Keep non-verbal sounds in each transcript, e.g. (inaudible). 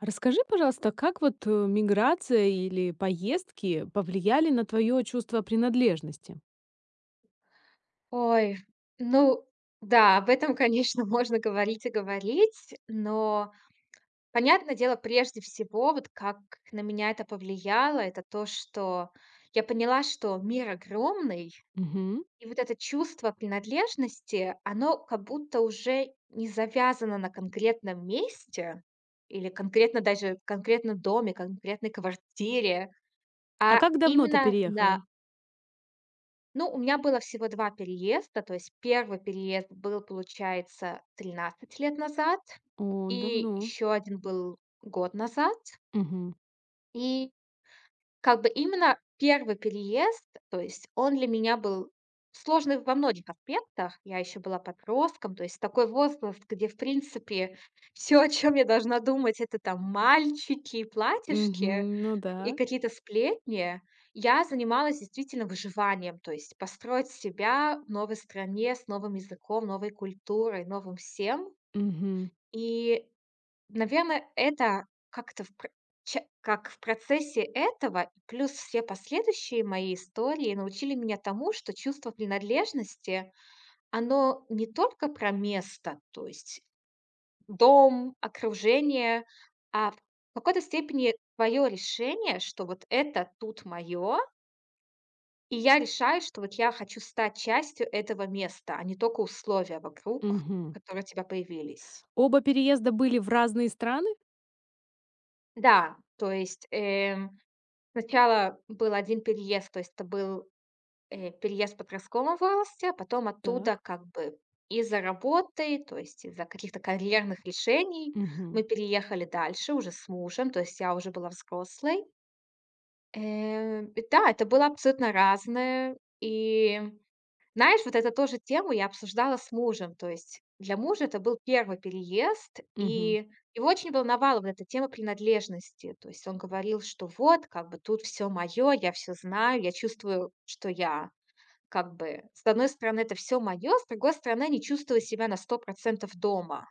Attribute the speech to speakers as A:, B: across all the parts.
A: А расскажи, пожалуйста, как вот, миграция или поездки повлияли на твое чувство принадлежности?
B: Ой, ну да, об этом, конечно, (laughs) можно говорить и говорить, но, понятное дело, прежде всего, вот как на меня это повлияло, это то, что я поняла, что мир огромный,
A: Мгм.
B: и вот это чувство принадлежности, оно как будто уже не завязано на конкретном месте или конкретно даже в конкретном доме, конкретной квартире,
A: А
B: а
A: как давно ты
B: именно, да.
A: переехала?
B: Ну, у меня было всего 2 переезда. То есть первый переезд был, получается, 13 лет назад,
A: О,
B: и
A: давно.
B: еще один был год назад.
A: Мгм.
B: И как бы именно первый переезд, то есть он для меня был сложный во многих аспектах. Я еще была подростком, то есть такой возраст, где, в принципе, (laughs) все, о чем я должна думать- это там мальчики и
A: Мгм.
B: платьишки,
A: Ну да.
B: и какие-то сплетни. Я занималась действительно выживанием, то есть построить себя в новой стране, с новым языком, новой культурой, новым всем.
A: Мгм.
B: И, наверное, это как-то в пр ча как в процессе этого, плюс все последующие мои истории научили меня тому, что чувство принадлежности, оно не только про место, то есть дом, окружение, а в какой-то степени твое решение, что вот это тут мое, и я решаю, что вот я хочу стать частью этого места, а не только условия вокруг,
A: Мгм.
B: которые у тебя появились.
A: Оба переезда были в разные страны?
B: Да, то есть, сначала был один переезд, то есть это был, переезд в подростковом возрасте, а потом оттуда
A: Так.
B: как бы из-за работы, то есть из-за каких-то карьерных решений
A: Мгм.
B: мы переехали дальше уже с мужем, то есть я уже была взрослой. И да, это было абсолютно разное, и знаешь, вот это тоже тему я обсуждала с мужем. То есть для мужа это был первый переезд,
A: Мгм.
B: и его очень волновала вот эта тема принадлежности. То есть он говорил, что вот, как бы, тут все мое, я все знаю, я чувствую, что я, как бы, с одной стороны, это все мое, с другой стороны, не чувствую себя на 100% дома.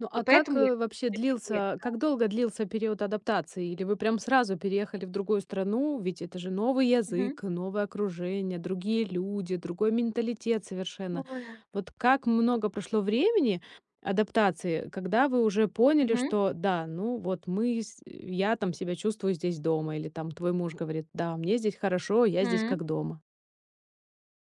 A: Ну,
B: И
A: а как,
B: поэтому я.
A: вообще длился как долго длился период адаптации? Или вы прям сразу переехали в другую страну? Ведь это же новый
B: Мгм.
A: язык, новое окружение, другие люди, другой менталитет совершенно.
B: Ой.
A: Вот как много прошло времени адаптации, когда вы уже поняли,
B: Мгм.
A: что да, ну вот мы с я там себя чувствую здесь дома, или там твой муж говорит: "Да, мне здесь хорошо, я здесь
B: Мгм.
A: как дома".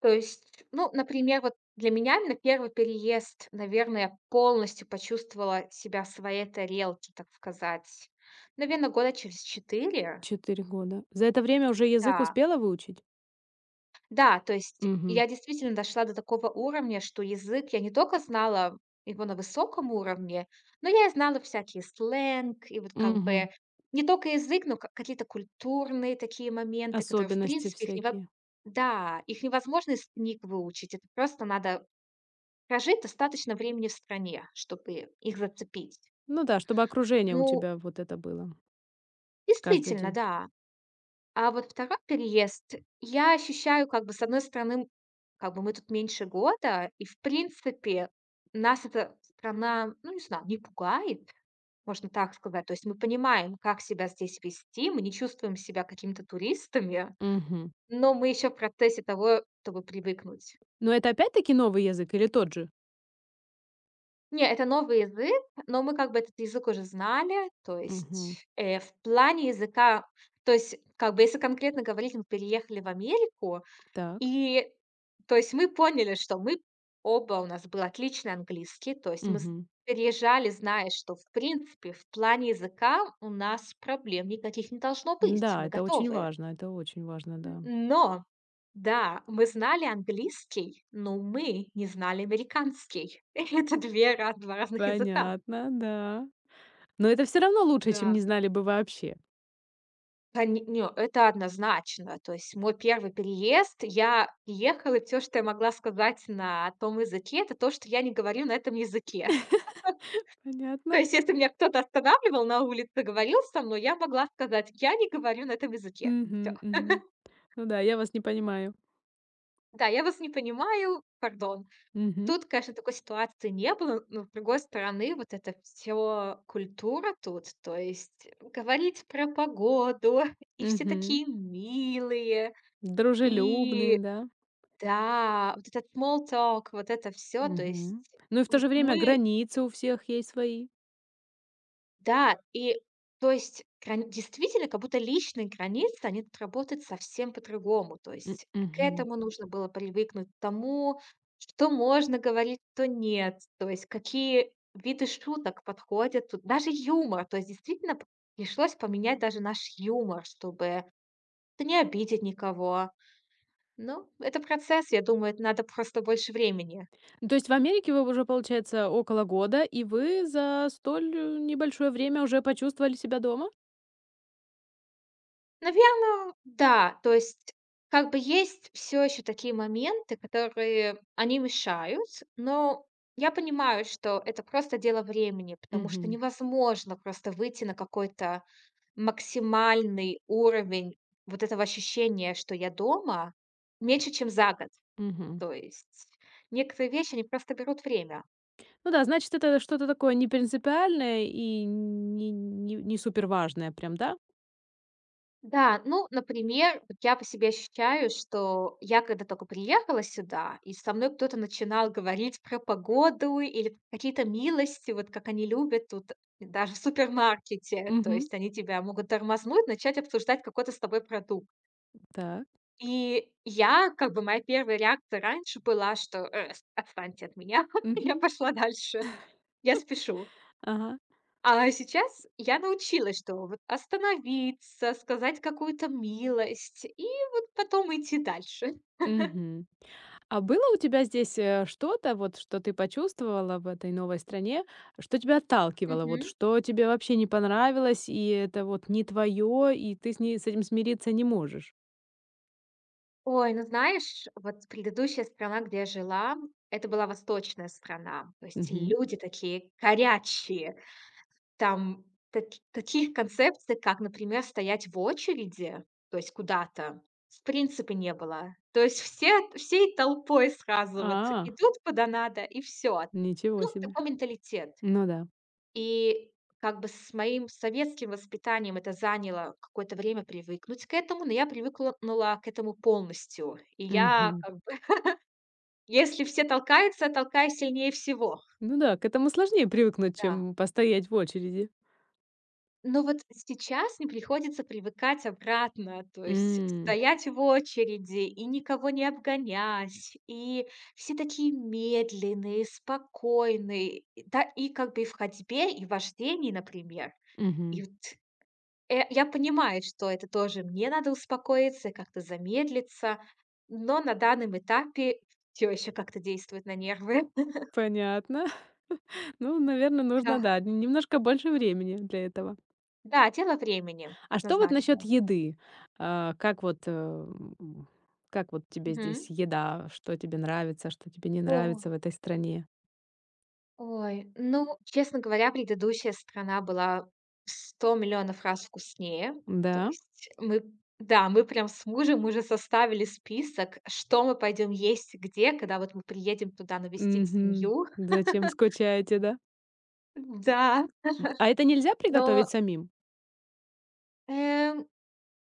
B: То есть, ну, например, вот для меня именно первый переезд, наверное, я полностью почувствовала себя в своей тарелке, так сказать. Наверно, года через 4.
A: 4 года. За это время уже язык
B: Да,
A: успела выучить?
B: да, то есть
A: Угу,
B: я действительно дошла до такого уровня, что язык я не только знала его на высоком уровне, но я и знала всякие сленг, и вот как
A: угу.
B: бы не только язык, но ка какие-то культурные такие моменты, которые, в
A: Особенности
B: принципе, их нево
A: всякие.
B: да, их невозможно из книг выучить. Это просто надо. Скажи, достаточно времени в стране, чтобы их зацепить.
A: Ну да, чтобы окружение у
B: Ну,
A: тебя вот это было каждый
B: действительно,
A: день.
B: да. А вот второй переезд, я ощущаю, как бы, с одной стороны, как бы мы тут меньше года, и, в принципе, нас эта страна, ну, не знаю, не пугает, можно так сказать. То есть мы понимаем, как себя здесь вести, мы не чувствуем себя какими-то туристами,
A: Мгм.
B: но мы еще в процессе того, чтобы привыкнуть.
A: Но это опять-таки новый язык или тот же?
B: Не, это новый язык, но мы как бы этот язык уже знали. То
A: Мгм.
B: есть, в плане языка, то есть, как бы, если конкретно говорить, мы переехали в Америку,
A: Так.
B: и, то есть, мы поняли, что мы оба, у нас был отличный английский. То есть мы з
A: Мгм.
B: переезжали, зная, что, в принципе, в плане языка у нас проблем никаких не должно быть,
A: Да,
B: мы готовы.
A: это очень важно, да.
B: Н но, да, мы знали английский, но мы не знали американский. (laughs) Это две раз два разных языка.
A: Понятно, да. Но это все равно лучше, чем
B: Да.
A: не знали бы вообще.
B: Коне Не, это однозначно. То есть мой первый переезд, я ехала, и все, что я могла сказать на том языке, это то, что я не говорю на этом языке. (laughs) То
A: Понятно.
B: есть если меня кто-то останавливал на улице, говорил со мной, я могла сказать: "Я не говорю на этом языке". Всё.
A: Мгм, мгм. Ну да, я вас не понимаю.
B: Да, я вас не понимаю, пардон.
A: Мгм,
B: Тут, конечно, такой ситуации не было, но, с другой стороны, вот это все культура тут. То есть говорить про погоду, (laughs) и все
A: мгм.
B: такие милые,
A: Дружелюбные,
B: и
A: да?
B: да, вот этот small talk, вот это все, то есть
A: Мгм. Ну и в то же
B: м
A: время
B: мы
A: границы у всех есть свои.
B: да, и, то есть, грань, действительно, как будто личные границы, они тут работают совсем по-другому. То
A: М,
B: есть к
A: мгм.
B: этому нужно было привыкнуть, к тому, что можно говорить, что нет. То есть какие виды шуток подходят тут, даже юмор. То есть действительно п пришлось поменять даже наш юмор, чтобы, да, не обидеть никого. Ну, это процесс, я думаю, это надо просто больше времени.
A: Ну, то есть в Америке вы уже, получается, около года, и вы за небольшое время уже почувствовали себя дома?
B: Наверное, да. То есть как бы есть все еще такие моменты, которые они мешают, но я понимаю, что это просто дело времени, потому что
A: Мгм.
B: невозможно просто выйти на какой-то максимальный уровень вот этого ощущения, что я дома, меньше, чем за год.
A: Мгм.
B: То есть некоторые вещи, они просто берут время.
A: Ну да, значит, это что-то такое не принципиальное и не супер важное, прям, да?
B: Да, ну, например, вот я по себе ощущаю, что я, когда только приехала сюда, и со мной кто-то начинал говорить про погоду или какие-то милости, вот как они любят тут, даже в супермаркете. То
A: Угу.
B: есть они тебя могут тормознуть, начать обсуждать какой-то с тобой продукт.
A: Так.
B: И я, как бы, моя первая реакция раньше была, что, отстаньте от меня, (laughs) я
A: Мгм.
B: пошла дальше, я спешу.
A: Ага.
B: А сейчас я научилась, что вот остановиться, сказать какую-то милость и вот потом идти дальше.
A: Мгм. А было у тебя здесь что-то, вот что ты почувствовала в этой новой стране, что тебя отталкивало, вот
B: Мгм.
A: что тебе вообще не понравилось, и это вот не твое, и ты с этим смириться не можешь?
B: Ой, ну знаешь, вот предыдущая страна, где я жила, это была восточная страна. То есть люди такие горячие. Там таких концепций, как, например, стоять в очереди, то есть куда-то, в принципе, не было. То есть все, всей толпой сразу вот
A: А,
B: идут куда надо, и все.
A: ничего
B: Ну,
A: себе.
B: такой менталитет.
A: Ну да.
B: И как бы с моим советским воспитанием это заняло какое-то время привыкнуть к этому, но я привыкла нула к этому полностью. И я,
A: Мгм.
B: как бы, если все толкаются, толкай сильнее всего.
A: Ну да, к этому сложнее привыкнуть,
B: Да.
A: чем постоять в очереди.
B: Но вот сейчас мне приходится привыкать обратно, то есть
A: М,
B: стоять в очереди и никого не обгонять, и все такие медленные, спокойные, и да, и как бы и в ходьбе, и в вождении, например.
A: мгм.
B: И вот, я понимаю, что это тоже мне надо успокоиться, как-то замедлиться, но на данном этапе все еще как-то действует на нервы. (laughs)
A: Понятно. (laughs) Ну, наверное,
B: Да.
A: нужно, да, немножко больше времени для этого.
B: Да, дело времени,
A: А что вот насчет
B: однозначно.
A: еды? А, как вот, э, м, как вот тебе
B: Мгм.
A: здесь еда? Что тебе нравится, что тебе не
B: О,
A: нравится в этой стране?
B: ой. Ну, честно говоря, предыдущая страна была в 100 000 раз вкуснее. То
A: Да?
B: есть мы да, мы прям с мужем уже составили список, что мы пойдем есть где, когда вот мы приедем туда навестить
A: Мгм.
B: семью.
A: Зачем скучаете, да?
B: Да,
A: А это нельзя
B: но,
A: приготовить самим?
B: эм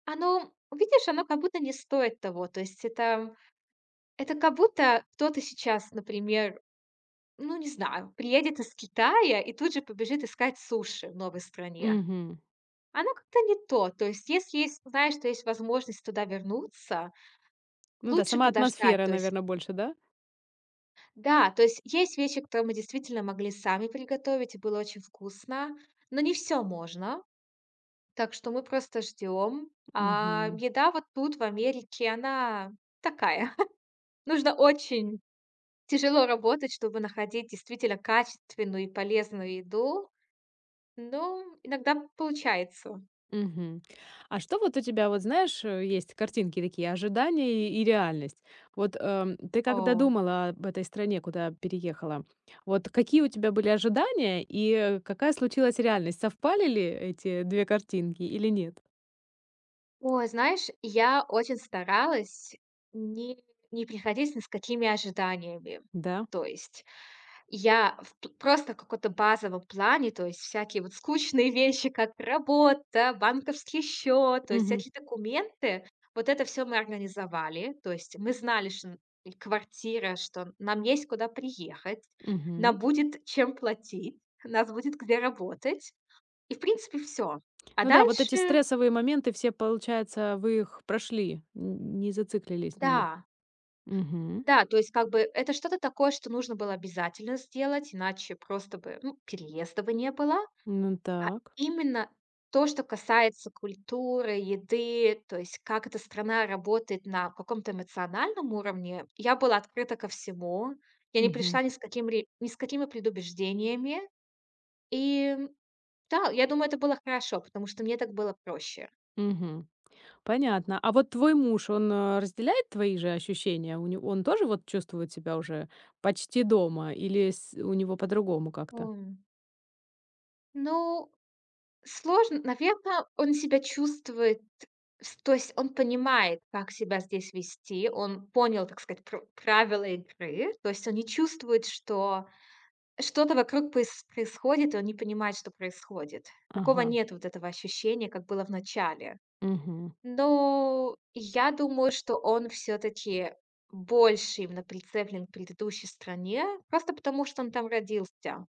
B: Оно, видишь, оно как будто не стоит того. То есть это как будто кто-то сейчас, например, ну, не знаю, приедет из Китая и тут же побежит искать суши в новой стране.
A: Мгм.
B: Оно как-то не то. То есть если есть, знаешь, что есть возможность туда вернуться,
A: Ну да,
B: лучше
A: сама
B: подождать.
A: атмосфера,
B: То есть
A: наверное, больше, да?
B: да, то есть есть вещи, которые мы действительно могли сами приготовить, и было очень вкусно, но не все можно. Так что мы просто ждем. А
A: Мгм.
B: еда вот тут, в Америке, она такая. Нужно очень тяжело работать, чтобы находить действительно качественную и полезную еду, но иногда получается.
A: Мгм. А что вот у тебя, вот знаешь, есть картинки такие, ожидания и реальность. Вот ты когда
B: О.
A: думала об этой стране, куда переехала, вот какие у тебя были ожидания и какая случилась реальность? Совпали ли эти две картинки или нет?
B: Ой, знаешь, я очень старалась не приходить ни с какими ожиданиями.
A: Да.
B: То есть я в п просто в каком-то базовом плане, то есть всякие вот скучные (laughs) вещи, как работа, банковский счет, то есть
A: Мгм.
B: всякие документы. Вот это все мы организовали. То есть мы знали, что н и квартира, что нам есть куда приехать,
A: Мгм.
B: нам будет чем платить, нас будет где работать. И, в принципе, все. А
A: Ну да, вот эти
B: дальше
A: стрессовые моменты все, получается, вы их прошли, не зациклились на них.
B: да,
A: Мгм.
B: да, то есть как бы это что-то такое, что нужно было обязательно сделать, иначе просто бы, ну, переезда бы не было.
A: Ну
B: А
A: так.
B: именно то, что касается культуры, еды, то есть как эта страна работает на каком-то эмоциональном уровне, я была открыта ко всему. Я не
A: Мгм.
B: пришла ни с какими предубеждениями. И да, я думаю, это было хорошо, потому что мне так было проще.
A: Мгм. Понятно. А вот твой муж, он, разделяет твои же ощущения? У него он тоже вот чувствует себя уже почти дома или с у него по-другому как-то?
B: М, ну, сложно, наверное, он себя чувствует, с то есть он понимает, как себя здесь вести, он понял, так сказать, пр правила игры, то есть он не чувствует, что что-то вокруг происходит, и он не понимает, что происходит. Такого
A: Ага,
B: нет вот этого ощущения, как было в начале.
A: мгм.
B: Но я думаю, что он все таки больше именно прицеплен к предыдущей стране, просто потому что он там родился.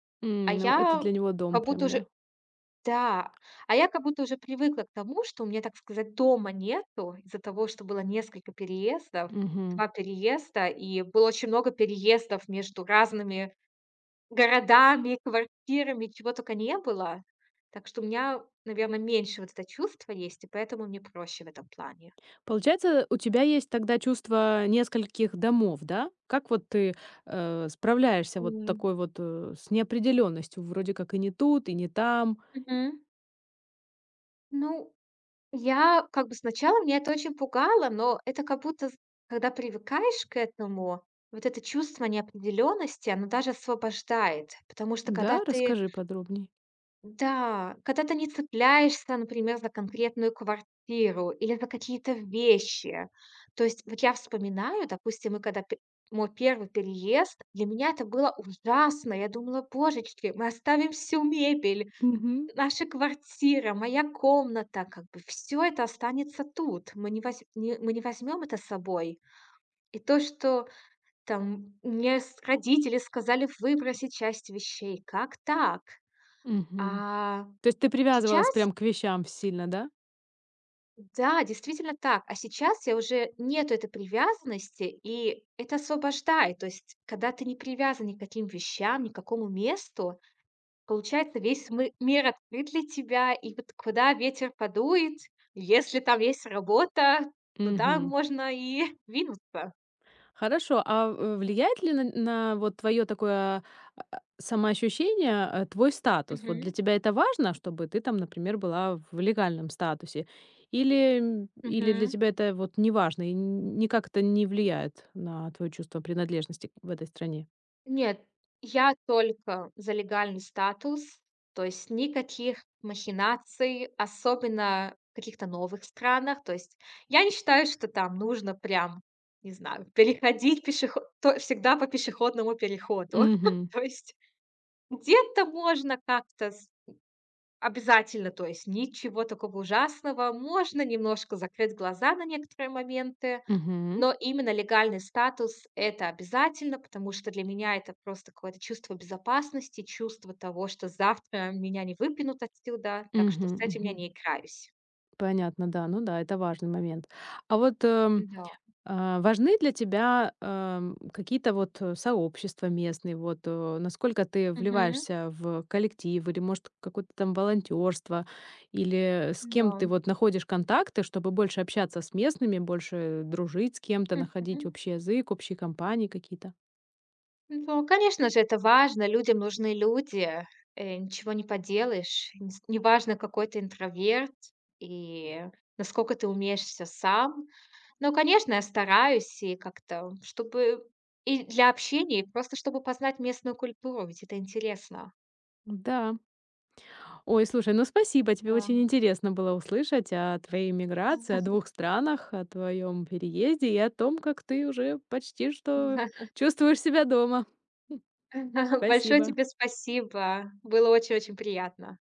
B: А
A: М, ну, это
B: я
A: для него дом
B: как будто
A: прям, да?
B: уже Да, а я как будто уже привыкла к тому, что у меня, так сказать, дома нету из-за того, что было несколько переездов,
A: Мгм.
B: 2 переезда, и было очень много переездов между разными городами, квартирами, чего только не было. Так что у меня, наверное, меньше вот это чувство есть, и поэтому мне проще в этом плане.
A: Получается, у тебя есть тогда чувство нескольких домов, да? Как вот ты, справляешься вот
B: М.
A: такой вот, с неопределенностью, вроде как и не тут, и не там.
B: Мгм. Ну, я как бы сначала меня это очень пугало, но это как будто, з когда привыкаешь к этому, вот это чувство неопределенности, оно даже освобождает. Потому что когда
A: Да,
B: ты.
A: расскажи подробней.
B: Да, когда ты не цепляешься, например, за конкретную квартиру или за какие-то вещи. То есть вот я вспоминаю, допустим, мой первый переезд, для меня это было ужасно. Я думала, божечки, мы оставим всю мебель,
A: Мгм,
B: наша квартира, моя комната, как бы все это останется тут. Мы не возьмем это с собой. И то, что там мне родители сказали выбросить часть вещей, как так?
A: мгм.
B: А
A: То есть ты привязывалась
B: сейчас.
A: прям к вещам сильно, да?
B: Да, действительно так. А сейчас я уже нету этой привязанности, и это освобождает. То есть, когда ты не привязан ни к каким вещам, ни к какому месту, получается, весь мы мир открыт для тебя, и вот куда ветер подует, если там есть работа, туда
A: Мгм.
B: можно и (laughs) двинуться.
A: Хорошо, влияет ли на вот твое такое, самоощущение, твой статус? Вот для
B: Мгм.
A: тебя это важно, чтобы ты там, например, была в легальном статусе? Или, или для
B: Мгм.
A: тебя это вот не важно и н никак это не влияет на твоё чувство принадлежности в этой стране?
B: Нет, я только за легальный статус, то есть никаких махинаций, особенно в каких-то новых странах. То есть я не считаю, что там нужно прям, не знаю, переходить пешеход то всегда по пешеходному переходу. (laughs)
A: Мгм.
B: То есть где-то можно как-то с обязательно, то есть ничего такого ужасного. Можно немножко закрыть глаза на некоторые моменты.
A: Мгм.
B: Но именно легальный статус- это обязательно, потому что для меня это просто какое-то чувство безопасности, чувство того, что завтра меня не выпинут отсюда, так что
A: Мгм.
B: с этим я
A: Мгм.
B: не играюсь.
A: Понятно, да. Ну да, это важный момент. А вот, эм
B: Да.
A: А, важны для тебя, какие-то вот, сообщества местные? Вот, насколько ты
B: Мгм.
A: вливаешься в коллектив или, может, какое-то там волонтёрство? Или с кем
B: Да.
A: ты вот находишь контакты, чтобы больше общаться с местными, больше дружить с кем-то, находить
B: Мгм.
A: общий язык, общие компании какие-то?
B: Ну, конечно же, это важно. Людям нужны люди. Ничего не поделаешь. Нес неважно, какой ты интроверт и насколько ты умеешь все сам. Ну, конечно, я стараюсь и как-то, чтобы и для общения, и просто чтобы познать местную культуру, ведь это интересно.
A: Да. Ой, слушай, ну спасибо, тебе очень
B: Да.
A: интересно было услышать о твоей миграции, о двух странах, о твоем переезде и о том, как ты уже почти что
B: (laughs)
A: чувствуешь себя дома.
B: Большое
A: Спасибо.
B: тебе спасибо. Было очень-очень приятно.